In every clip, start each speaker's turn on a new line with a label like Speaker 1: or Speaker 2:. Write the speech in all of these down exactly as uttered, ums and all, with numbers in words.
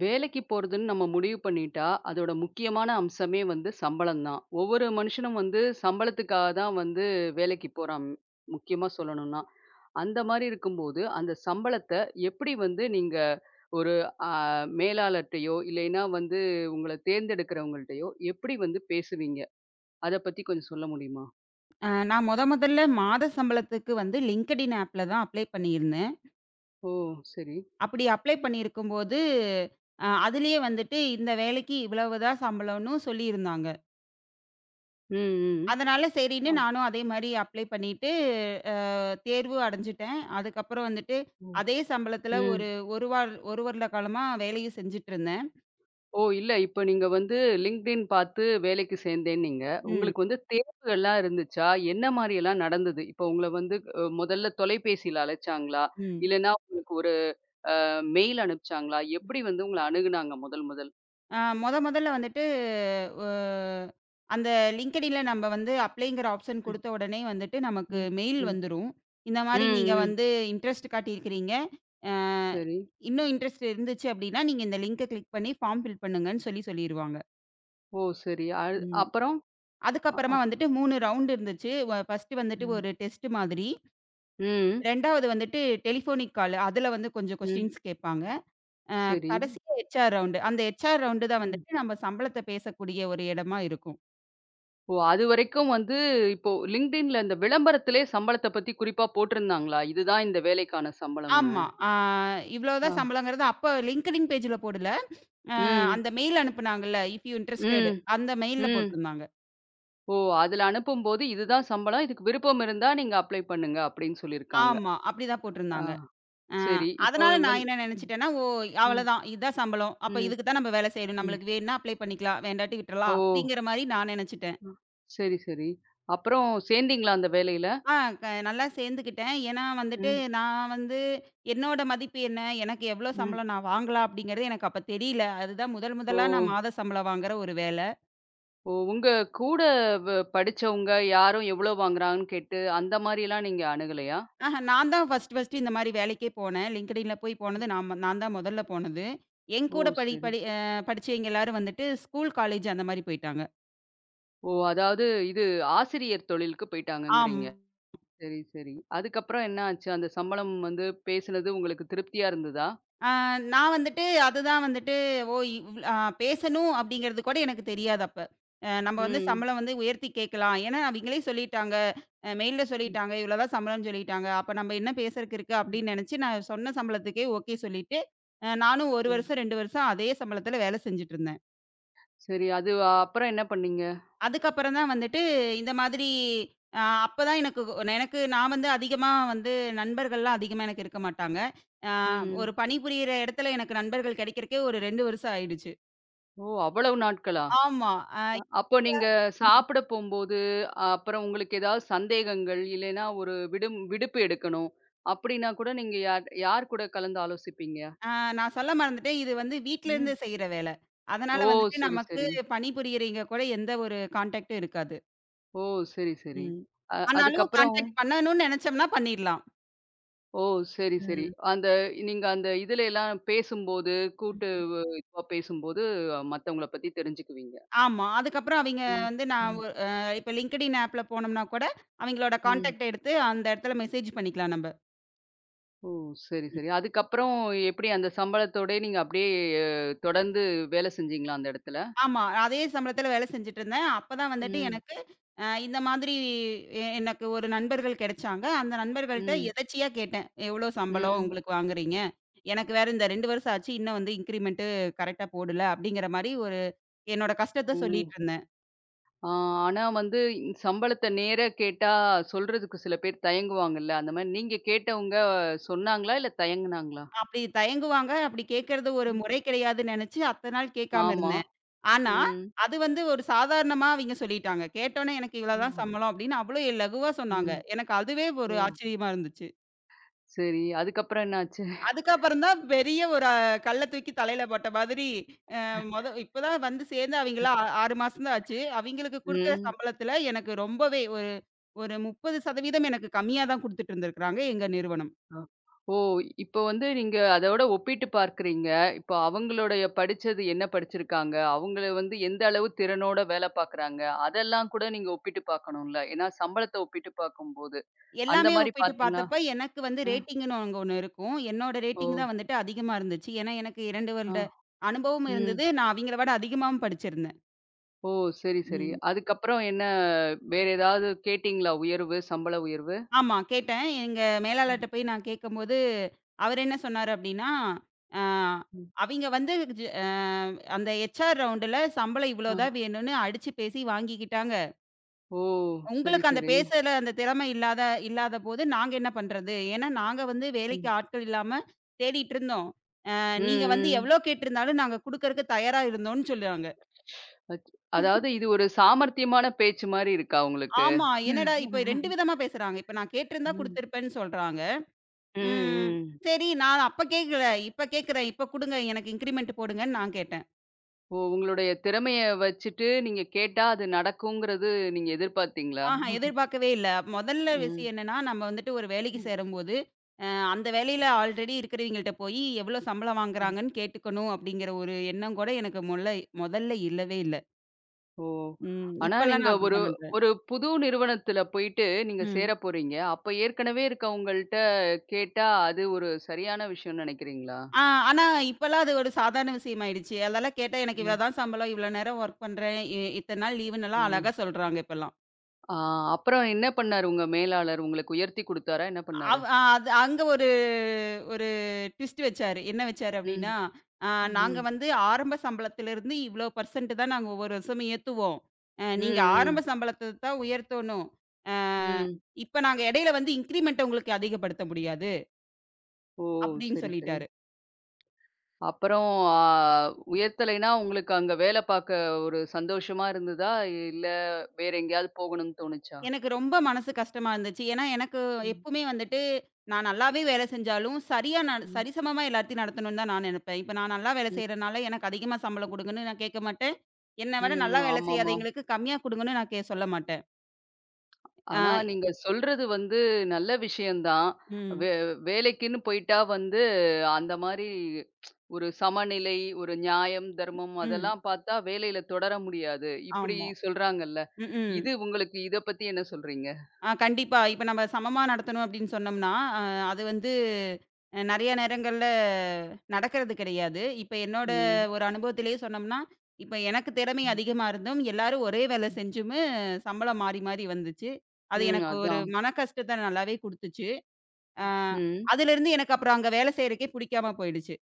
Speaker 1: வேலைக்கு போறதுன்னு நம்ம முடிவு பண்ணிட்டா, அதோட முக்கியமான அம்சமே வந்து சம்பளம் தான். ஒவ்வொரு மனுஷனும் வந்து சம்பளத்துக்காக தான் வந்து வேலைக்கு போறான். முக்கியமா சொல்லணும்னா. அந்த மாரி இருக்கும்போது, அந்த சம்பளத்த எப்படி வந்து நீங்க ஒரு அ மேலாளர்ட்டயோ, இல்லைன்னா வந்து உங்கள தேர்ந்தெடுக்கிறவங்கள்ட்டயோ எப்படி வந்து பேசுவீங்க? அத பத்தி கொஞ்சம் சொல்ல முடியுமா?
Speaker 2: அ நான் மொத முதல்ல மாத சம்பளத்துக்கு வந்து லிங்க்டின் ஆப்ல தான் அப்ளை பண்ணியிருந்தேன்.
Speaker 1: ஓ! சரி.
Speaker 2: அப்படி அப்ளை பண்ணியிருக்கும்போது, அ அதிலேயே வந்துட்டு இந்த வேலைக்கு இவ்வளவு தான் சம்பளம்னு சொல்லியிருந்தாங்க.
Speaker 1: ம், ம்.
Speaker 2: அதனால சரின்னு
Speaker 1: ஆ.
Speaker 2: நானும் அதே மாரி அப்ளை பண்ணிட்டு, அ தேர்வு அடைஞ்சுட்டேன். அதுக்கப்புறம் வந்துட்டு
Speaker 1: ம்.
Speaker 2: அதே சம்பளத்தில
Speaker 1: ம்.
Speaker 2: ஒரு 1 வார ஒரு வருட காலமா வேலையும் செஞ்சுட்டு இருந்தேன்.
Speaker 1: ஓ! இல்ல. இப்ப நீங்க வந்து LinkedIn பார்த்து வேலைக்கு சேர்ந்தேன்னீங்க.
Speaker 2: ம்,
Speaker 1: உங்களுக்கு வந்து தேர்வுகள்லாம் இருந்துச்சா? என்ன மாரியெல்லாம் நடந்தது? இப்ப உங்கள வந்து அ முதல்ல தொலைபேசியில அழைச்சாங்களா?
Speaker 2: ம்.
Speaker 1: இல்லன்னா உங்களுக்கு ஒரு மெயில் அனுப்பிச்சாங்களா? எப்படி வந்து உங்கள அணுகுனாங்க முதல் முதல்?
Speaker 2: ஆ மொத மொதல்ல வந்துட்டு ஒ அந்த லிங்க்டின்ல நம்ப வந்து அப்ளைங்கிற ஆப்ஷன்
Speaker 1: ம்,
Speaker 2: குடுத்த உடனே வந்துட்டு நமக்கு
Speaker 1: ம்,
Speaker 2: மெயில்
Speaker 1: ம்.
Speaker 2: வந்துரும். இந்த
Speaker 1: ம்,
Speaker 2: மாரி நீங்க
Speaker 1: ம்.
Speaker 2: வந்து இன்ட்ரெஸ்ட் காட்டியிருக்கிறீங்க. அ
Speaker 1: சரி.
Speaker 2: இன்னும் இன்ட்ரெஸ்ட் இருந்துச்சு அப்டின்னா, நீங்க இந்த லிங்க கிளிக் பண்ணி ஃபார்ம் ஃபில் பண்ணுங்கன்னு சொல்லி சொல்லிருவாங்க.
Speaker 1: ஓ! சரி. அது
Speaker 2: ம்.
Speaker 1: அப்புறம்? அ
Speaker 2: அதுக்கப்புறமா
Speaker 1: அப்
Speaker 2: வந்துட்டு மூணு ரவுண்ட் இருந்துச்சு. வ ஃபர்ஸ்ட்டு வந்துட்டு
Speaker 1: ம்.
Speaker 2: ஒரு டெஸ்ட் மாதிரி.
Speaker 1: ம்.
Speaker 2: இரண்டாவது வந்துட்டு டெலிஃபோனிக் கால். அதுல வந்து கொஞ்சம்
Speaker 1: ம்.
Speaker 2: கொஸ்டின்ஸ் கேட்பாங்க.
Speaker 1: சரி.
Speaker 2: கடைசியா ஹெச்ஆர் ரவுண்டு. அந்த ஹெச்ஆர் ரவுண்டு தான்
Speaker 1: ம்.
Speaker 2: வந்துட்டு நம்ம சம்பளத்த பேசக்கூடிய ஒரு இடமா இருக்கும்.
Speaker 1: ஓ! அதுவரைக்கும் வந்து இப்போ LinkedInல இந்த விளம்பரத்திலே சம்பளத்த பத்தி குறிப்பா போட்டிருந்தாங்களா? இதுதான் இந்த வேலைக்கான சம்பளம்னு.
Speaker 2: ஆமா. ஆ இவ்ளோ தான்
Speaker 1: ஆ.
Speaker 2: சம்பளங்கிறது அப்ப LinkedIn பேஜ்ல போடல. அ
Speaker 1: ம்.
Speaker 2: அந்த மெயில் அனுப்புனாங்கல்ல, இஃப் யூ இன்ட்ரஸ்டட்
Speaker 1: ம்.
Speaker 2: அந்த மெயில்ல
Speaker 1: ம்.
Speaker 2: போட்டிருந்தாங்க.
Speaker 1: ஓ! அதுல அனுப்பும்போது, "இதுதான் சம்பளம். இதுக்கு விருப்பம் இருந்தா நீங்க அப்ளை பண்ணுங்க" அப்டின்னு சொல்லியிருக்காங்க.
Speaker 2: ஆமா. அப்படிதான்
Speaker 1: ஆ
Speaker 2: போட்டிருந்தாங்க. அ
Speaker 1: சரி. இப்போ
Speaker 2: அதனால நான்
Speaker 1: வந்
Speaker 2: என்ன நெனச்சுட்டேன்னா, ஓ!
Speaker 1: ம்.
Speaker 2: அவ்வளதான். இதுதான் சம்பளம். அப்ப
Speaker 1: ம்.
Speaker 2: இதுக்கு தான் நம்ம வேலை செய்யணும்.
Speaker 1: ம்.
Speaker 2: நம்மளுக்கு வேணும்னா அப்ளை பண்ணிக்கலாம். வேண்டாட்டி
Speaker 1: ஓ!
Speaker 2: விட்டுறலாம். அப்படிங்கிற மாரி நான் நெனச்சுட்டேன்.
Speaker 1: ம். சரி, சரி. அப்புறம் சேர்ந்தீங்களா அந்த வேலையில?
Speaker 2: ஆ க நல்லா சேர்ந்துக்கிட்டேன். ஏன்னா வந்துட்டு
Speaker 1: ம்.
Speaker 2: நான் வந்து என்னோட மதிப்பு என்ன? எனக்கு எவ்வளோ
Speaker 1: ம்.
Speaker 2: சம்பளம் நான் வாங்கலாம்? அப்படிங்கிறது எனக்கு அப்ப தெரியல. அதுதான் முதல்
Speaker 1: ஓ!
Speaker 2: முதலா நான் மாத சம்பளம் வாங்குற ஒரு வேல.
Speaker 1: ஓ! உங்க கூட வ படிச்சவங்க யாரும் எவ்ளோ வாங்குறாங்கன்னு கேட்டு, அந்த மாரிலாம் நீங்க அணுகலையா?
Speaker 2: ஆஹ. நான் தான் ஃபர்ஸ்ட் ஃபர்ஸ்ட்டு இந்த மாரி வேலைக்கே போனேன். LinkedInல போய் போனது நான் நான் தான் முதல்ல போனது. என்
Speaker 1: ஓ!
Speaker 2: கூட படி
Speaker 1: சரி.
Speaker 2: படி அ படிச்சவைங்க எல்லாரும் வந்துட்டு ஸ்கூல், காலேஜ் அந்த மாரி போயிட்டாங்க.
Speaker 1: ஓ! அதாவது இது ஆசிரியர் தொழிலுக்கு
Speaker 2: ஆம்.
Speaker 1: போய்ட்டாங்கங்கிறீங்க. சரி, சரி. அதுக்கப்புறம் என்ன ஆச்சு? அந்த சம்பளம் வந்து பேசுனது உங்களுக்கு திருப்தியா இருந்ததா?
Speaker 2: ஆ நான் வந்துட்டு அதுதான் வந்துட்டு ஓ இவ் அ பேசணும் அப்படிங்கிறது கூட எனக்கு தெரியாது அப்ப. அ நம்ம வந்து
Speaker 1: ம்.
Speaker 2: சம்பளம் வந்து உயர்த்தி கேட்கலாம். ஏன்னா அவிங்களே சொல்லிட்டாங்க. அ மெயில்ல
Speaker 1: ம்,
Speaker 2: சொல்லிட்டாங்க. இவ்வளோ தான் சம்பளம்னு சொல்லிட்டாங்க. அப்ப நம்ம என்ன பேசறக்கு இருக்கு
Speaker 1: ம்,
Speaker 2: அப்படின்னு நினைச்சு நான் சொன்ன சம்பளத்துக்கே ஓகே சொல்லிட்டு, அ நானும் ஒரு
Speaker 1: ம்.
Speaker 2: வருஷம், ரெண்டு வருஷம் அதே சம்பளத்தில வேலை செஞ்சுட்டு இருந்தேன்.
Speaker 1: சரி, அது அப்புறம் என்ன பண்ணீங்க?
Speaker 2: அதுக்கப்புறம் தான் வந்துட்டு இந்த மாதிரி அ அப்பதான் எனக்கு எனக்கு நான் வந்து அதிகமா வந்து நண்பர்கள்லாம் அதிகமா எனக்கு இருக்க மாட்டாங்க. அ
Speaker 1: ம்.
Speaker 2: ஒரு பணிபுரியிற இடத்துல எனக்கு நண்பர்கள் கிடைக்கிறக்கே ஒரு ரெண்டு வருஷம் ஆயிடுச்சு.
Speaker 1: ஓ! அவ்வளவு நாட்களா?
Speaker 2: ஆமா. அ
Speaker 1: அப்போ நீங்க சாப்பிட போம்போது, அப்புறம் உங்களுக்கு ஏதாவது சந்தேகங்கள், இல்லைன்னா ஒரு விடும் விடுப்பு எடுக்கணும். அப்படின்னா கூட நீங்க யார் யார் கூட கலந்து ஆலோசிப்பீங்க?
Speaker 2: அ நான் சொல்ல மறந்துட்டேன். இது வந்து வீட்லருந்து
Speaker 1: ம்.
Speaker 2: செய்ற வேல. அதனால
Speaker 1: ஓ!
Speaker 2: வந்துட்டு
Speaker 1: சரி,
Speaker 2: நமக்கு
Speaker 1: சரி.
Speaker 2: பணிபுரியறீங்க கூட எந்த ஒரு கான்டாக்டும் இருக்காது.
Speaker 1: ஓ! சரி, சரி.
Speaker 2: ம்.
Speaker 1: அ
Speaker 2: ஆனாலும்
Speaker 1: அதுக்கப்புறம்
Speaker 2: கான்டாக்ட் பண்ணணும்னு நெனச்சோம்னா பண்ணிடலாம்.
Speaker 1: ஓ! சரி, சரி.
Speaker 2: ம்.
Speaker 1: அந்த நீங்க அந்த இதுல எல்லாம் பேசும்போது, கூட்டு
Speaker 2: ம்.
Speaker 1: வ- இதுவா பேசும்போது மத்தவங்கள பத்தி தெரிஞ்சுக்குவீங்க.
Speaker 2: ஆமா. அதுக்கப்புறம் அவிங்க
Speaker 1: ம்,
Speaker 2: வந்து நான்
Speaker 1: ம்,
Speaker 2: ஒ அ இப்ப லிங்க்டின் ஆப்ல போனோம்னா கூட, அவிங்களோட
Speaker 1: ம்.
Speaker 2: கான்டாக்ட் எடுத்து அந்த இடத்துல மெசேஜ் பண்ணிக்கலாம் நம்ப.
Speaker 1: ஓ! சரி,
Speaker 2: ம்.
Speaker 1: சரி. அதுக்கப்புறம் எப்படி அந்த சம்பளத்தோடே நீங்க அப்படியே அஹ், தொடர்ந்து வேலை செஞ்சீங்களா அந்த இடத்துல?
Speaker 2: ஆமா. அதே சம்பளத்தில வேலை செஞ்சுட்டுருந்தேன். அப்பதான் வந்துட்டு
Speaker 1: ம்,
Speaker 2: எனக்கு அ இந்த மாதிரி எ எனக்கு ஒரு நண்பர்கள் கிடைச்சாங்க. அந்த நண்பர்கள்ட்ட
Speaker 1: ம்,
Speaker 2: எதர்ச்சியா கேட்டேன். "எவ்வளோ சம்பளம்
Speaker 1: ம்.
Speaker 2: உங்களுக்கு வாங்குறீங்க? எனக்கு வேற இந்த ரெண்டு வருஷம் ஆச்சு. இன்னும் வந்து இன்கிரிமென்ட் கரெக்ட்டா போடல." அப்படிங்கிற மாரி ஒரு என்னோட கஷ்டத்த
Speaker 1: ஓ!
Speaker 2: சொல்லிட்டுருந்தேன்.
Speaker 1: ஆ ஆனா வந்து சம்பளத்த நேரா கேட்டா சொல்றதுக்கு சில பேர் தயங்குவாங்கல்ல. அந்த மாரி நீங்க கேட்டவங்க சொன்னாங்களா? இல்ல தயங்குனாங்களா?
Speaker 2: அப்படி தயங்குவாங்க. அப்படி கேட்கறது ஒரு
Speaker 1: ம்.
Speaker 2: முறை கிடையாதுன்னு நெனச்சு, அத்தன நாள் கேட்காம
Speaker 1: ஆமா.
Speaker 2: இருந்தேன். ஆனா,
Speaker 1: ம்.
Speaker 2: அது வந்து ஒரு சாதாரணமா அவிங்க சொல்லிட்டாங்க. கேட்டோனே எனக்கு இவ்வளோ
Speaker 1: ஓ!
Speaker 2: தான் சம்பளம் அப்படின்னு அவ்வளோ லகுவா சொன்னாங்க.
Speaker 1: ம்.
Speaker 2: எனக்கு அதுவே ஒரு
Speaker 1: ஓ!
Speaker 2: ஆச்சரியமா இருந்துச்சு.
Speaker 1: சரி. அதுக்கப்புறம் என்னாச்சு?
Speaker 2: அதுக்கப்புறம் தான் பெரிய ஒரு கல்ல தூக்கி தலையில போட்ட மாதிரி, அ மொத இப்ப தான் வந்து சேர்ந்து அவிங்கலாம் ஆறு மாசம் தான் ஆச்சு. அவிங்களுக்கு குடுக்குற
Speaker 1: ம்.
Speaker 2: சம்பளத்துல எனக்கு ரொம்பவே ஒரு ஒரு முப்பது சதவீதம் எனக்கு கம்மியா தான் குடுத்துட்டு இருந்திருக்காங்க எங்க நிறுவனம்.
Speaker 1: அ. ஓ! இப்போ வந்து நீங்க அதோட ஒப்பிட்டு பார்க்கிறீங்க. இப்போ அவங்களுடைய படிச்சது என்ன படிச்சிருக்காங்க? அவங்கள வந்து எந்த அளவு திறனோட வேலை பார்க்குறாங்க? அதெல்லாம் கூட நீங்க ஒப்பிட்டு பார்க்கணும்ல. ஏன்னா சம்பளத்த ஒப்பிட்டு பார்க்கும்போது. அந்த
Speaker 2: எல்லாமே
Speaker 1: மாரி
Speaker 2: ஒப்பிட்டு
Speaker 1: பார்த்தீங்களா?
Speaker 2: பார்த்தப்ப, எனக்கு வந்து
Speaker 1: அ.
Speaker 2: ரேட்டிங்குன்னு அங்க ஒண்ணு இருக்கும். என்னோட
Speaker 1: ஓ!
Speaker 2: ரேட்டிங் தான் வந்துட்டு அதிகமா இருந்துச்சு. ஏன்னா, எனக்கு இரண்டு
Speaker 1: அ.
Speaker 2: வருட அனுபவம்
Speaker 1: ம்.
Speaker 2: இருந்தது. நான் அவிங்கள விட அதிகமாவும் படிச்சிருந்தேன்.
Speaker 1: ஓ! சரி, சரி.
Speaker 2: ம்.
Speaker 1: அதுக்கப்புறம் என்ன வேற ஏதாவது கேட்டீங்களா உயர்வு, சம்பள உயர்வு?
Speaker 2: ஆமா, கேட்டேன். எங்க
Speaker 1: ம்,
Speaker 2: மேலாளர்ட்ட போய் நான் கேட்கும்போது, அவர் என்ன சொன்னாரு அப்டின்னா, அ
Speaker 1: ம்.
Speaker 2: அவிங்க வந்து ஜ அ அந்த ஹெச்ஆர் ரவுண்டுல சம்பளம் இவ்ளோ தான்
Speaker 1: அ.
Speaker 2: வேணும்னு அடிச்சு பேசி வாங்கிக்கிட்டாங்க.
Speaker 1: ஓ! சரி,
Speaker 2: உங்களுக்கு அந்த
Speaker 1: சரி.
Speaker 2: பேசுற அந்த திறமை இல்லாத இல்லாதபோது நாங்க என்ன பண்றது? ஏன்னா, நாங்க வந்து வேலைக்கு
Speaker 1: ம்.
Speaker 2: ஆட்கள் இல்லாம தேடிட்டு இருந்தோம்.
Speaker 1: ம்,
Speaker 2: நீங்க வந்து எவ்ளோ
Speaker 1: ம்.
Speaker 2: கேட்டிருந்தாலும் நாங்க குடுக்கறக்கு தயாரா இருந்தோம்ன்னு சொல்றாங்க.
Speaker 1: அச் அதாவது இது ஒரு சாமர்த்தியமான பேச்சு மாரி இருக்கா உங்களுக்கு?
Speaker 2: ஆமா. என்னடா இப்ப ரெண்டு விதமா பேசுறாங்க. இப்ப நான் கேட்டிருந்தா
Speaker 1: ம்.
Speaker 2: குடுத்திருப்பேன்னு சொல்றாங்க.
Speaker 1: ம்,
Speaker 2: ம்.
Speaker 1: ம்.
Speaker 2: சரி நான் அப்ப கேட்கல. இப்ப கேட்கிறேன். இப்ப குடுங்க. எனக்கு இன்கிரிமென்ட் போடுங்கன்னு நான் கேட்டேன்.
Speaker 1: ஓ! உங்களுடைய திறமைய வச்சுட்டு நீங்க கேட்டா அது நடக்குங்கிறது நீங்க எதிர்பார்த்தீங்களா?
Speaker 2: ஆஹா எதிர்பார்க்கவே இல்ல. முதல்ல
Speaker 1: ம்.
Speaker 2: விஷயம் என்னன்னா, நம்ம வந்துட்டு ஒரு வேலைக்கு
Speaker 1: ம்,
Speaker 2: சேரும்போது, அ அந்த வேலையில ஆல்ரெடி இருக்கிறவங்கள்ட்ட போயி எவ்ளோ சம்பளம்
Speaker 1: ம்.
Speaker 2: வாங்குறாங்கன்னு கேட்டுக்கணும் அப்படிங்கிற ஒரு எண்ணம் கூட எனக்கு முல்ல முதல்ல இல்லவே இல்ல.
Speaker 1: ஓ!
Speaker 2: ம்.
Speaker 1: ஆனா
Speaker 2: இப்பல்லாம்
Speaker 1: நீங்க
Speaker 2: நான்
Speaker 1: ஒரு
Speaker 2: அப்படித்தான் பண்றேன்.
Speaker 1: ஒரு புது நிறுவனத்துல போயிட்டு நீங்க
Speaker 2: ம்.
Speaker 1: சேர போறீங்க. அப்ப ஏற்கனவே இருக்கவங்கள்ட்ட கேட்டா அது ஒரு சரியான விஷயம்னு நெனைக்கிறீங்களா?
Speaker 2: ஆ, ஆனா இப்பலாம் அது ஒரு சாதாரண விஷயமாயிடுச்சு. அதெல்லாம் கேட்டா, எனக்கு
Speaker 1: இல்ல.
Speaker 2: இவ்வளோ தான் சம்பளம், இவ்வளோ நேரம் ஒர்க் பண்றேன், இ இத்தன நாள்
Speaker 1: ஓ!
Speaker 2: லீவுன்னெல்லாம் அழகா சொல்றாங்க இப்பலாம்.
Speaker 1: ஆ அப்புறம் என்ன பண்ணாரு உங்க மேலாளர்? உங்களுக்கு உயர்த்தி குடுத்தாரா? என்ன பண்ணாரு?
Speaker 2: அவ் அ அது அங்க ஒரு ஒரு ட்விஸ்ட் வச்சாரு. என்ன வச்சாரு
Speaker 1: ம்.
Speaker 2: அப்டின்னா, அ நாங்க
Speaker 1: ம்.
Speaker 2: வந்து ஆரம்ப சம்பளத்திலிருந்து இவ்வளோ பெர்சன்ட் தான் நாங்க ஒவ்வொரு வருஷமும் ஏத்துவோம். அ
Speaker 1: ம்,
Speaker 2: நீங்க
Speaker 1: ம்.
Speaker 2: ஆரம்ப சம்பளத்த தான் உயர்த்தணும். அ
Speaker 1: ம்.
Speaker 2: இப்ப நாங்க இடையில வந்து இன்கிரிமெண்ட்ட உங்களுக்கு அதிகப்படுத்த முடியாது,
Speaker 1: ஓ!
Speaker 2: அப்டின்னு
Speaker 1: சரி, சரி.
Speaker 2: சொல்லிட்டாரு.
Speaker 1: அப்புறம் ஆ உயர்த்தலைன்னா, உங்களுக்கு அங்க வேலை பார்க்க ஒரு சந்தோஷமா இருந்ததா? இல்ல வேற எங்கேயாவது போகணும்னு தோணுச்சா?
Speaker 2: எனக்கு ரொம்ப மனசு கஷ்டமா இருந்துச்சு. ஏன்னா, எனக்கு
Speaker 1: ம்,
Speaker 2: எப்பவுமே வந்துட்டு, நான் நல்லாவே வேலை செஞ்சாலும், சரியா நான்
Speaker 1: ம்.
Speaker 2: சரிசமமா எல்லாத்தையும் நடத்தணும்னு தான் நான் நெனைப்பேன். இப்ப நான் நல்லா வேலை செய்றனால, எனக்கு அதிகமா சம்பளம் குடுங்கன்னு நான் கேட்க மாட்டேன். என்ன விட
Speaker 1: ம்.
Speaker 2: நல்லா வேலை
Speaker 1: ஆமாமா.
Speaker 2: செய்யாதவங்களுக்கு கம்மியா குடுங்கன்னு நான் கே சொல்ல மாட்டேன். ஆ.
Speaker 1: ஆனா நீங்க சொல்றது வந்து நல்ல விஷயம் தான்.
Speaker 2: ம்.
Speaker 1: வே வேலைக்குன்னு போயிட்டா வந்து அந்த மாரி ஒரு சமநிலை, ஒரு நியாயம், தர்மம்
Speaker 2: ம்.
Speaker 1: அதெல்லாம் பார்த்தா வேலையில தொடர முடியாது. இப்படி
Speaker 2: ஆமா.
Speaker 1: சொல்றாங்கல்ல.
Speaker 2: ம். ம்.
Speaker 1: இது உங்களுக்கு இத பத்தி என்ன சொல்றீங்க?
Speaker 2: ஆ கண்டிப்பா. இப்ப நம்ம சமமா நடத்தணும் அப்படின்னு சொன்னோம்னா, அ அது வந்து அ நெறைய நேரங்கள்ல நடக்கிறது கிடையாது. இப்ப என்னோட
Speaker 1: ம்.
Speaker 2: ஒரு அனுபவத்திலேயே சொன்னோம்னா, இப்ப எனக்கு திறமை
Speaker 1: ம்,
Speaker 2: அதிகமா இருந்தும், எல்லாரும் ஒரே வேலை
Speaker 1: ம்.
Speaker 2: செஞ்சும் சம்பளம் மாறி, மாறி வந்துச்சு. அது
Speaker 1: ம்.
Speaker 2: எனக்கு ஒரு
Speaker 1: அதான்.
Speaker 2: மன கஷ்டத்த நல்லாவே குடுத்துச்சு. அ
Speaker 1: ம்.
Speaker 2: அதிலிருந்து எனக்கு அப்புறம் அங்க வேலை செய்றக்கே புடிக்காம போயிடுச்சு.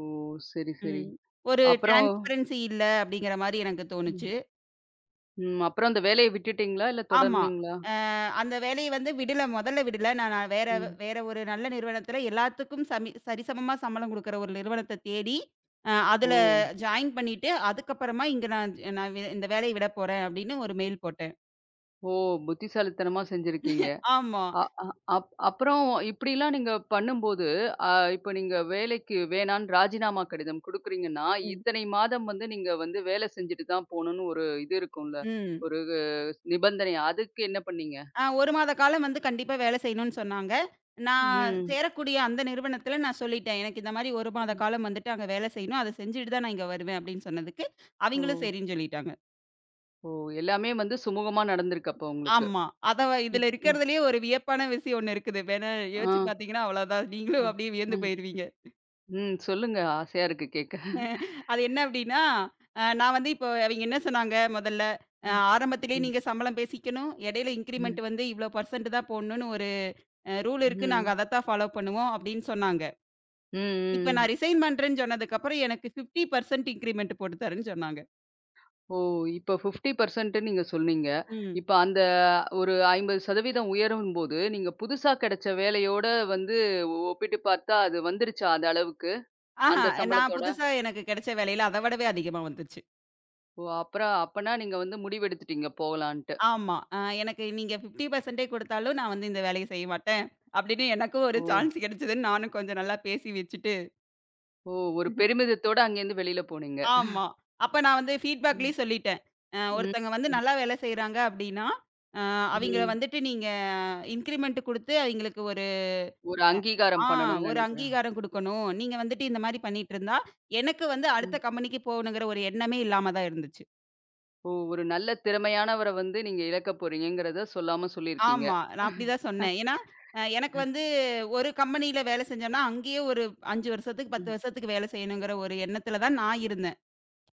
Speaker 1: ஓ! சரி, சரி.
Speaker 2: ம். ஒரு
Speaker 1: அப்புறம்
Speaker 2: டிரான்ஸ்பரன்சி இல்ல அப்படிங்கிற மாரி எனக்கு
Speaker 1: ம்,
Speaker 2: தோணுச்சு.
Speaker 1: ம். அப்புறம் அந்த வேலைய விட்டுட்டீங்களா? இல்ல
Speaker 2: ஆமா.
Speaker 1: தொடர்ந்தீங்களா?
Speaker 2: அ அந்த வேலைய வந்து விடல. முதல்ல விடல. நான் நான் வேற
Speaker 1: ம்.
Speaker 2: வேற ஒரு நல்ல நிறுவனத்துல எல்லாத்துக்கும் சமி சரிசமமா சம்பளம் குடுக்குற ஒரு நிறுவனத்த தேடி, அ
Speaker 1: ஓ!
Speaker 2: அதுல ஜாயின் பண்ணிட்டு, அதுக்கப்புறமா இங்க நான் நான் வி- இந்த வேலைய விடப் போறேன் அப்படின்னு ஒரு மெயில் போட்டேன்.
Speaker 1: ஓ! புத்திசாலித்தனமா செஞ்சிருக்கீங்க.
Speaker 2: ஆமா.
Speaker 1: அ அ அப் அப்புறம் இப்படிலாம் நீங்க பண்ணும்போது, அ இப்ப நீங்க வேலைக்கு வேணான்னு ராஜினாமா கடிதம் குடுக்குறீங்கன்னா,
Speaker 2: ம்.
Speaker 1: இத்தனை மாதம் வந்து நீங்க வந்து வேலை செஞ்சுட்டு தான் போணும்னு ஒரு இது இருக்கும்ல.
Speaker 2: ம்.
Speaker 1: ஒரு நிபந்தனை. அதுக்கு என்ன பண்ணீங்க?
Speaker 2: அ ஒரு மாத காலம் வந்து கண்டிப்பா வேலை செய்யணும்னு சொன்னாங்க. நான்
Speaker 1: ம்.
Speaker 2: சேரக்கூடிய அந்த நிறுவனத்துல நான் சொல்லிட்டேன். எனக்கு இந்த மாரி ஒரு மாத
Speaker 1: ம்.
Speaker 2: காலம் வந்துட்டு அங்க வேலை செய்யணும். அத செஞ்சுட்டு தான் நான் இங்க வருவேன் அப்படின்னு சொன்னதுக்கு,
Speaker 1: ஓ!
Speaker 2: அவைங்களும் சரின்னு சொல்லிட்டாங்க.
Speaker 1: ஓ! எல்லாமே வந்து சுமூகமா நடந்திருக்கு அப்ப உங்களுக்கு.
Speaker 2: ஆமா. அத வ- இதுல
Speaker 1: இப் அ,
Speaker 2: இருக்கிறதுலயே ஒரு வியப்பான விஷயம் ஒண்ணு இருக்குது. வேணா
Speaker 1: ஆ,
Speaker 2: யோசிச்சு பார்த்தீங்கன்னா, அவ்வளோதான். நீங்களும் அப்படியே
Speaker 1: ஆ.
Speaker 2: வியந்து போயிருவீங்க.
Speaker 1: ம். சொல்லுங்க. ஆசையா இருக்கு கேட்க.
Speaker 2: அது என்ன அப்படின்னா, அ நான் வந்து இப்போ அவிங்க என்ன சொன்னாங்க முதல்ல, அ
Speaker 1: ம்.
Speaker 2: ஆரம்பத்திலேயே
Speaker 1: ம்.
Speaker 2: நீங்க சம்பளம் பேசிக்கணும். இடையில
Speaker 1: ம்.
Speaker 2: இன்கிரிமெண்ட் வந்து இவ்வளோ பெர்சன்ட் தான் போடணும்னு ஒரு அ ரூல் இருக்கு. நாங்க
Speaker 1: ம்.
Speaker 2: அதத்தான் ஃபாலோ பண்ணுவோம் அப்படின்னு சொன்னாங்க.
Speaker 1: ம்.
Speaker 2: இப்ப
Speaker 1: ம்.
Speaker 2: நான் ரிசைன் பண்றேன்னு சொன்னதுக்கப்புறம் எனக்கு ஃபிஃப்டி பெர்சன்ட் இன்கிரிமெண்ட் போட்டு தரேன்னு சொன்னாங்க.
Speaker 1: ஓ! இப்ப ஐம்பது சதவீதம் நீங்க சொன்னீங்க.
Speaker 2: ம்.
Speaker 1: இப்ப அந்த ஒரு ஐம்பது சதவீதம் உயரும்போது, நீங்க புதுசா கிடைச்ச வேலையோட வந்து ஒப்பிட்டு பார்த்தா, அது வந்துருச்சா அந்த அளவுக்கு?
Speaker 2: ஆஹா,
Speaker 1: அந்த
Speaker 2: நான்
Speaker 1: சம்பளத்தோட?
Speaker 2: புதுசா எனக்கு கிடைச்ச வேலையில அத விடவே அதிகமா வந்துச்சு.
Speaker 1: ஓ! அப்புறம் அப்பன்னா நீங்க வந்து முடிவெடுத்துட்டீங்க போகலான்ட்டு.
Speaker 2: ஆமா. அ எனக்கு நீங்க ஃபிஃப்டி பெர்சன்ட் குடுத்தாலும் நான் வந்து இந்த வேலைய செய்ய மாட்டேன். அப்படின்னு எனக்கும்
Speaker 1: ஓ!
Speaker 2: ஒரு சான்ஸ் கிடைச்சதுன்னு நானும் கொஞ்சம் நல்லா பேசி வச்சுட்டு
Speaker 1: ஓ! ஒரு பெருமிதத்தோட அங்கேருந்து வெளியில போனீங்க.
Speaker 2: ஆமா. அப்ப நான் வந்து
Speaker 1: ம்.
Speaker 2: ஃபீட்பேக்லயும் சொல்லிட்டேன். அ
Speaker 1: ம்.
Speaker 2: ஒருத்தங்க வந்து
Speaker 1: ம்.
Speaker 2: நல்லா வேலை செய்றாங்க அப்படின்னா, அ அவிங்கள
Speaker 1: ம்.
Speaker 2: வந்துட்டு நீங்க இன்கிரிமென்ட் குடுத்து அவிங்களுக்கு ஒரு
Speaker 1: ஒரு
Speaker 2: அ
Speaker 1: அங்கீகாரம்
Speaker 2: ஆ
Speaker 1: பண்ணணும்னு
Speaker 2: ஒரு
Speaker 1: நினைக்கிறேன்.
Speaker 2: அங்கீகாரம் குடுக்கணும். நீங்க வந்துட்டு இந்த மாரி பண்ணிட்டு இருந்தா, எனக்கு வந்து அடுத்த
Speaker 1: ம்.
Speaker 2: கம்பெனிக்கு போகணுங்கிற ஒரு எண்ணமே இல்லாம தான் இருந்துச்சு.
Speaker 1: ஓ! ஒரு நல்ல திறமையானவர வந்து நீங்க இழக்க போறீங்கங்கிறத சொல்லாம சொல்லியிருக்கீங்க.
Speaker 2: ஆமா. நான் அப்படிதான் சொன்னேன். ஏன்னா, அ எனக்கு வந்து ஒரு கம்பெனியில வேலை செஞ்சோம்னா, அங்கேயே ஒரு அஞ்சு வருஷத்துக்கு, பத்து
Speaker 1: ம்.
Speaker 2: வருஷத்துக்கு வேலை செய்யணுங்கிற ஒரு எண்ணத்துல தான் நான் இருந்தேன்.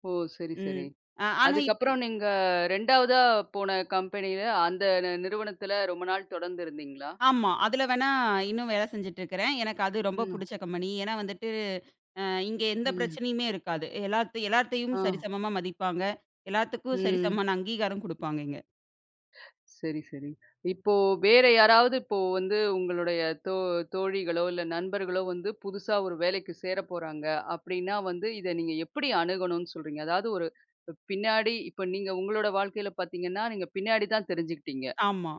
Speaker 1: ஓ! சரி, சரி.
Speaker 2: ம். அ ஆனா இப்படி
Speaker 1: அதுக்கப்புறம் நீங்க இரண்டாவதா போன கம்பெனியில அந்த நி நிறுவனத்துல ரொம்ப நாள் தொடர்ந்து இருந்தீங்களா?
Speaker 2: ஆமா. அதுல வேணா இன்னும் வேலை செஞ்சுட்டு இருக்கிறேன். எனக்கு அது ரொம்ப
Speaker 1: ம்.
Speaker 2: புடிச்ச கம்பெனி. ஏன்னா வந்துட்டு, அ இங்க எந்த
Speaker 1: ம்.
Speaker 2: பிரச்சனையுமே இருக்காது. எல்லாத்து
Speaker 1: ஆ.
Speaker 2: எல்லாத்தையும் சரிசமமா மதிப்பாங்க. எல்லாத்துக்கும்
Speaker 1: ம்.
Speaker 2: சரிசமமான அங்கீகாரம் குடுப்பாங்க இங்க.
Speaker 1: சரி, சரி. இப்போ வேற யாராவது இப்போ வந்து உங்களுடைய தோ தோழிகளோ, இல்ல நண்பர்களோ வந்து புதுசா ஒரு வேலைக்கு சேரப் போறாங்க அப்டின்னா வந்து, இத நீங்க எப்படி அணுகணும்னு சொல்றீங்க? அதாவது ஒரு பின்னாடி இப்ப நீங்க உங்களோட வாழ்க்கையில பார்த்தீங்கன்னா, நீங்க பின்னாடி தான் தெரிஞ்சுக்கிட்டீங்க.
Speaker 2: ஆமா.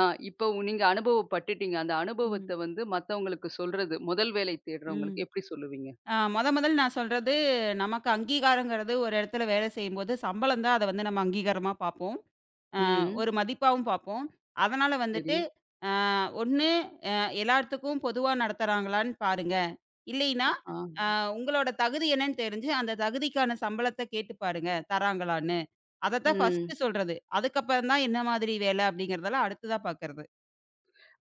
Speaker 1: ஆ இப்போ உ- நீங்க அனுபவப்பட்டுட்டீங்க. அந்த
Speaker 2: ம்.
Speaker 1: அனுபவத்த வந்து மத்தவங்களுக்கு சொல்றது, முதல் வேலை
Speaker 2: ம்.
Speaker 1: தேடுறவங்களுக்கு எப்படி சொல்லுவீங்க?
Speaker 2: ஆ மொத முதல்ல நான் சொல்றது, நமக்கு அங்கீகாரங்கிறது ஒரு இடத்துல வேலை செய்யும்போது, சம்பளம் தான் அத வந்து நம்ம அங்கீகாரமா பார்ப்போம். அ
Speaker 1: ம்.
Speaker 2: ஒரு மதிப்பாவும் பார்ப்போம். அதனால
Speaker 1: சரி.
Speaker 2: வந்துட்டு, அ ஒண்ணு அ எல்லாத்துக்கும் பொதுவா நடத்துறாங்களான்னு பாருங்க. இல்லைன்னா,
Speaker 1: ஆ.
Speaker 2: உங்களோட தகுதி என்னன்னு தெரிஞ்சு, அந்த தகுதிக்கான சம்பளத்த கேட்டு பாருங்க, தராங்களான்னு. அதத்தான்
Speaker 1: ம்.
Speaker 2: ஃபர்ஸ்ட்டு சொல்றது. அதுக்கப்புறம் தான் என்ன மாதிரி வேலை அப்படிங்கிறதெல்லாம் அடுத்ததா பார்க்கறது.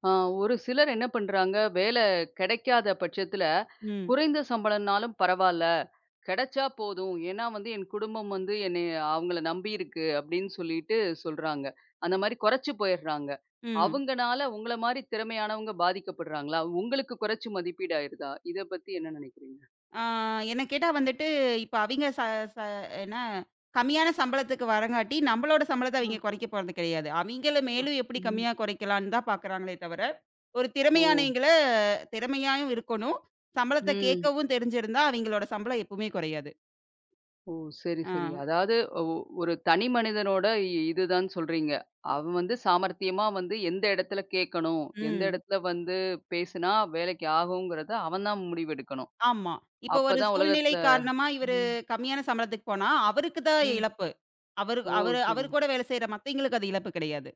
Speaker 1: ஆ, ஒரு சிலர் என்ன பண்றாங்க, வேலை கிடைக்காத பட்சத்துல,
Speaker 2: ம்.
Speaker 1: குறைந்த சம்பளம்னாலும் பரவால்ல. கிடைச்சா போதும். ஏன்னா வந்து என் குடும்பம் வந்து என்னைய அவங்கள நம்பி இருக்கு அப்படின்னு சொல்லிட்டு சொல்றாங்க. அந்த மாரி குறைச்சு போயிடுறாங்க.
Speaker 2: ம்.
Speaker 1: அவங்கனால உங்கள மாரி திறமையானவங்க பாதிக்கப்படுறாங்களா? உங்களுக்கு குறைச்சு மதிப்பீடு ஆயிருதா? இத பத்தி என்ன நினைக்கிறீங்க?
Speaker 2: ஆ என்ன கேட்டா வந்துட்டு, இப்ப அவிங்க ச ச என்ன கம்மியான சம்பளத்துக்கு வரங்காட்டி, நம்மளோட சம்பளத்த
Speaker 1: ஆ.
Speaker 2: அவிங்க குறைக்க போறது கிடையாது. அவிங்கள
Speaker 1: அ.
Speaker 2: மேலும் எப்படி
Speaker 1: ம்.
Speaker 2: கம்மியா குறைக்கலான்னு தான் பாக்குறாங்களே தவிர, ஒரு
Speaker 1: ஓ!
Speaker 2: திறமையானவிங்கள திறமையாயும் இருக்கணும். சம்பளத்த
Speaker 1: ம்.
Speaker 2: கேட்கவும் தெரிஞ்சிருந்தா, அவிங்களோட சம்பளம் எப்பவுமே குறையாது.
Speaker 1: ஓ! சரி,
Speaker 2: ஆ.
Speaker 1: சரி. அதாவது ஒ ஒரு தனி மனிதனோட இ- இதுதான் சொல்றீங்க. அவன் வந்து சாமர்த்தியமா வந்து எந்த இடத்துல கேட்கணும், எந்த
Speaker 2: ம்.
Speaker 1: இடத்துல வந்து பேசினா வேலைக்கு ஆகுங்கிறத அவன் தான் முடிவெடுக்கணும்.
Speaker 2: ஆமா. இப்ப ஒரு
Speaker 1: அப்பதான்
Speaker 2: சூழ்நிலை
Speaker 1: உலகத்துல
Speaker 2: காரணமா இவரு
Speaker 1: ம்,
Speaker 2: கம்மியான சம்பளத்துக்கு போனா, அவருக்கு தான்
Speaker 1: ம்.
Speaker 2: இழப்பு. அவரு
Speaker 1: ஓ!
Speaker 2: அவரு
Speaker 1: சரி.
Speaker 2: அவர் கூட வேலை செய்ற மத்தவிங்களுக்கு அது இழப்பு கிடையாது.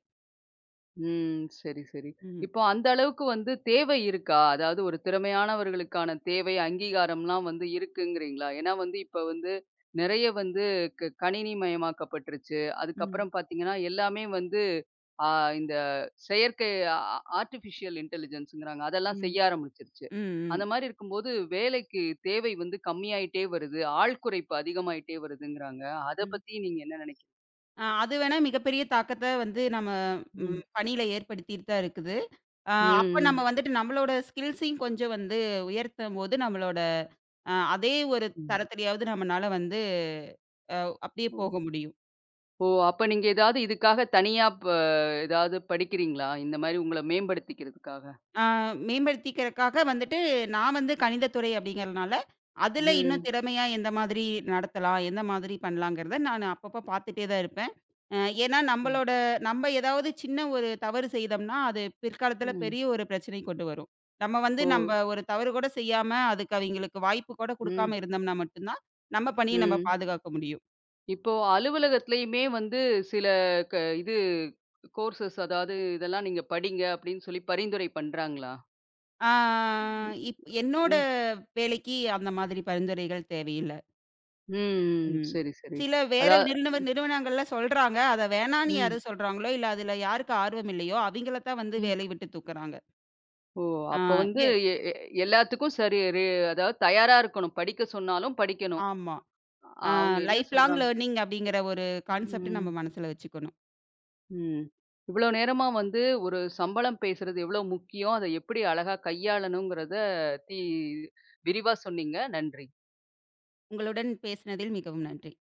Speaker 1: ம். சரி, சரி.
Speaker 2: ம்.
Speaker 1: இப்போ அந்த அளவுக்கு வந்து தேவை இருக்கா? அதாவது ஒரு திறமையானவர்களுக்கான தேவை, அங்கீகாரம்லாம் வந்து இருக்குங்கிறீங்களா? ஏன்னா வந்து இப்ப வந்து நிறைய வந்து க கணினிமயமாக்கப்பட்டுருச்சு.
Speaker 2: ம்.
Speaker 1: அதுக்கப்புறம் பார்த்தீங்கன்னா, எல்லாமே வந்து ஆ இந்த செயற்கை ஆ ஆர்ட்டிஃபிஷியல் இன்டெலிஜென்ஸ்ங்கிறாங்க. அதெல்லாம்
Speaker 2: ம். ம்.
Speaker 1: செய்ய ஆரம்பிச்சுருச்சு.
Speaker 2: ம்.
Speaker 1: அந்த மாரி இருக்கும்போது, வேலைக்கு தேவை வந்து கம்மியாயிட்டே வருது. ஆள் குறைப்பு அதிகமாயிட்டே வருதுங்கிறாங்க. அத
Speaker 2: ம்.
Speaker 1: பத்தி நீங்க என்ன நினைக்கிறீங்க?
Speaker 2: அ அது வேணா மிகப்பெரிய தாக்கத்த வந்து நம்ம
Speaker 1: ம்.
Speaker 2: ம் பணியில ஏற்படுத்திட்டு தான் இருக்குது. அ அப்ப
Speaker 1: ம்.
Speaker 2: நம்ம வந்துட்டு நம்மளோட ஸ்கில்ஸையும் கொஞ்சம் வந்து உயர்த்தும்போது, நம்மளோட அ அதே ஒரு
Speaker 1: ம்.
Speaker 2: தரத்திலயாவது நம்மனால வந்து அ அப்படியே
Speaker 1: ம்.
Speaker 2: போக முடியும்.
Speaker 1: ஓ! அப்ப நீங்க ஏதாவது இதுக்காக தனியா ப ஏதாவது படிக்கிறீங்களா? இந்த மாரி உங்கள மேம்படுத்திக்கிறதுக்காக?
Speaker 2: ஆ மேம்படுத்திக்கிறக்காக வந்துட்டு, நான் வந்து கணிதத்துறை அப்படிங்கிறனால, அதுல இன்னும்
Speaker 1: ம்.
Speaker 2: திறமையா எந்த மாதிரி நடத்தலாம்? எந்த மாதிரி பண்ணலாங்கிறத நான் அப்பப்போ பார்த்துட்டே தான் இருப்பேன். அ ஏன்னா
Speaker 1: ம்.
Speaker 2: நம்மளோட நம்ம ஏதாவது சின்ன ஒரு தவறு செய்தோம்னா, அது பிற்காலத்துல
Speaker 1: ம்.
Speaker 2: பெரிய ஒரு பிரச்சனை கொண்டு வரும். நம்ம வந்து
Speaker 1: ஓ!
Speaker 2: நம்ப ஒரு தவறு கூட செய்யாம, அதுக்கு அவிங்களுக்கு வாய்ப்பு கூட
Speaker 1: ம்.
Speaker 2: குடுக்காம இருந்தோம்னா மட்டும் தான், நம்ம பணிய நம்ம
Speaker 1: ம்.
Speaker 2: பாதுகாக்க முடியும்.
Speaker 1: இப்போ அலுவலகத்திலயுமே வந்து சில க இது கோர்சஸ் அதாவது இதெல்லாம் நீங்க படிங்க அப்படின்னு சொல்லி பரிந்துரை பண்றாங்களா?
Speaker 2: ஆ இப் என்னோட
Speaker 1: ம்.
Speaker 2: வேலைக்கு அந்த மாதிரி பரிந்துரைகள் தேவையில்ல.
Speaker 1: ம்.
Speaker 2: ம்.
Speaker 1: சரி, சரி.
Speaker 2: சில வேற
Speaker 1: அதா
Speaker 2: நிறுவன நிறுவனங்கள்ல சொல்றாங்க. அத வேணான்னு யாரு
Speaker 1: ம்,
Speaker 2: சொல்றாங்களோ, இல்ல அதுல யாருக்கு ஆர்வம் இல்லையோ, அவிங்கள தான் வந்து
Speaker 1: ம்.
Speaker 2: வேலைய விட்டு தூக்குறாங்க.
Speaker 1: ஓ!
Speaker 2: ஆ
Speaker 1: அப்ப வந்து
Speaker 2: வே
Speaker 1: எ எ எல்லாத்துக்கும் சரி ரெ அதாவது தயாரா இருக்கணும். படிக்க சொன்னாலும் படிக்கணும்.
Speaker 2: ஆமா.
Speaker 1: அ-
Speaker 2: ஆ
Speaker 1: அவங்க என்ன
Speaker 2: லைஃப் லாங்
Speaker 1: சொல்றாங்க
Speaker 2: லேர்னிங் அப்படிங்கிற ஒரு கான்செப்ட் நம்ம
Speaker 1: ம்,
Speaker 2: மனசுல வச்சுக்கணும்.
Speaker 1: ம். இவ்வளோ நேரமா வந்து ஒரு சம்பளம் பேசுறது எவ்வளோ முக்கியம், அத எப்படி அழகா கையாளணுங்கிறத தி விரிவா சொன்னீங்க. நன்றி.
Speaker 2: உங்களுடன் பேசினதில் மிகவும் நன்றி.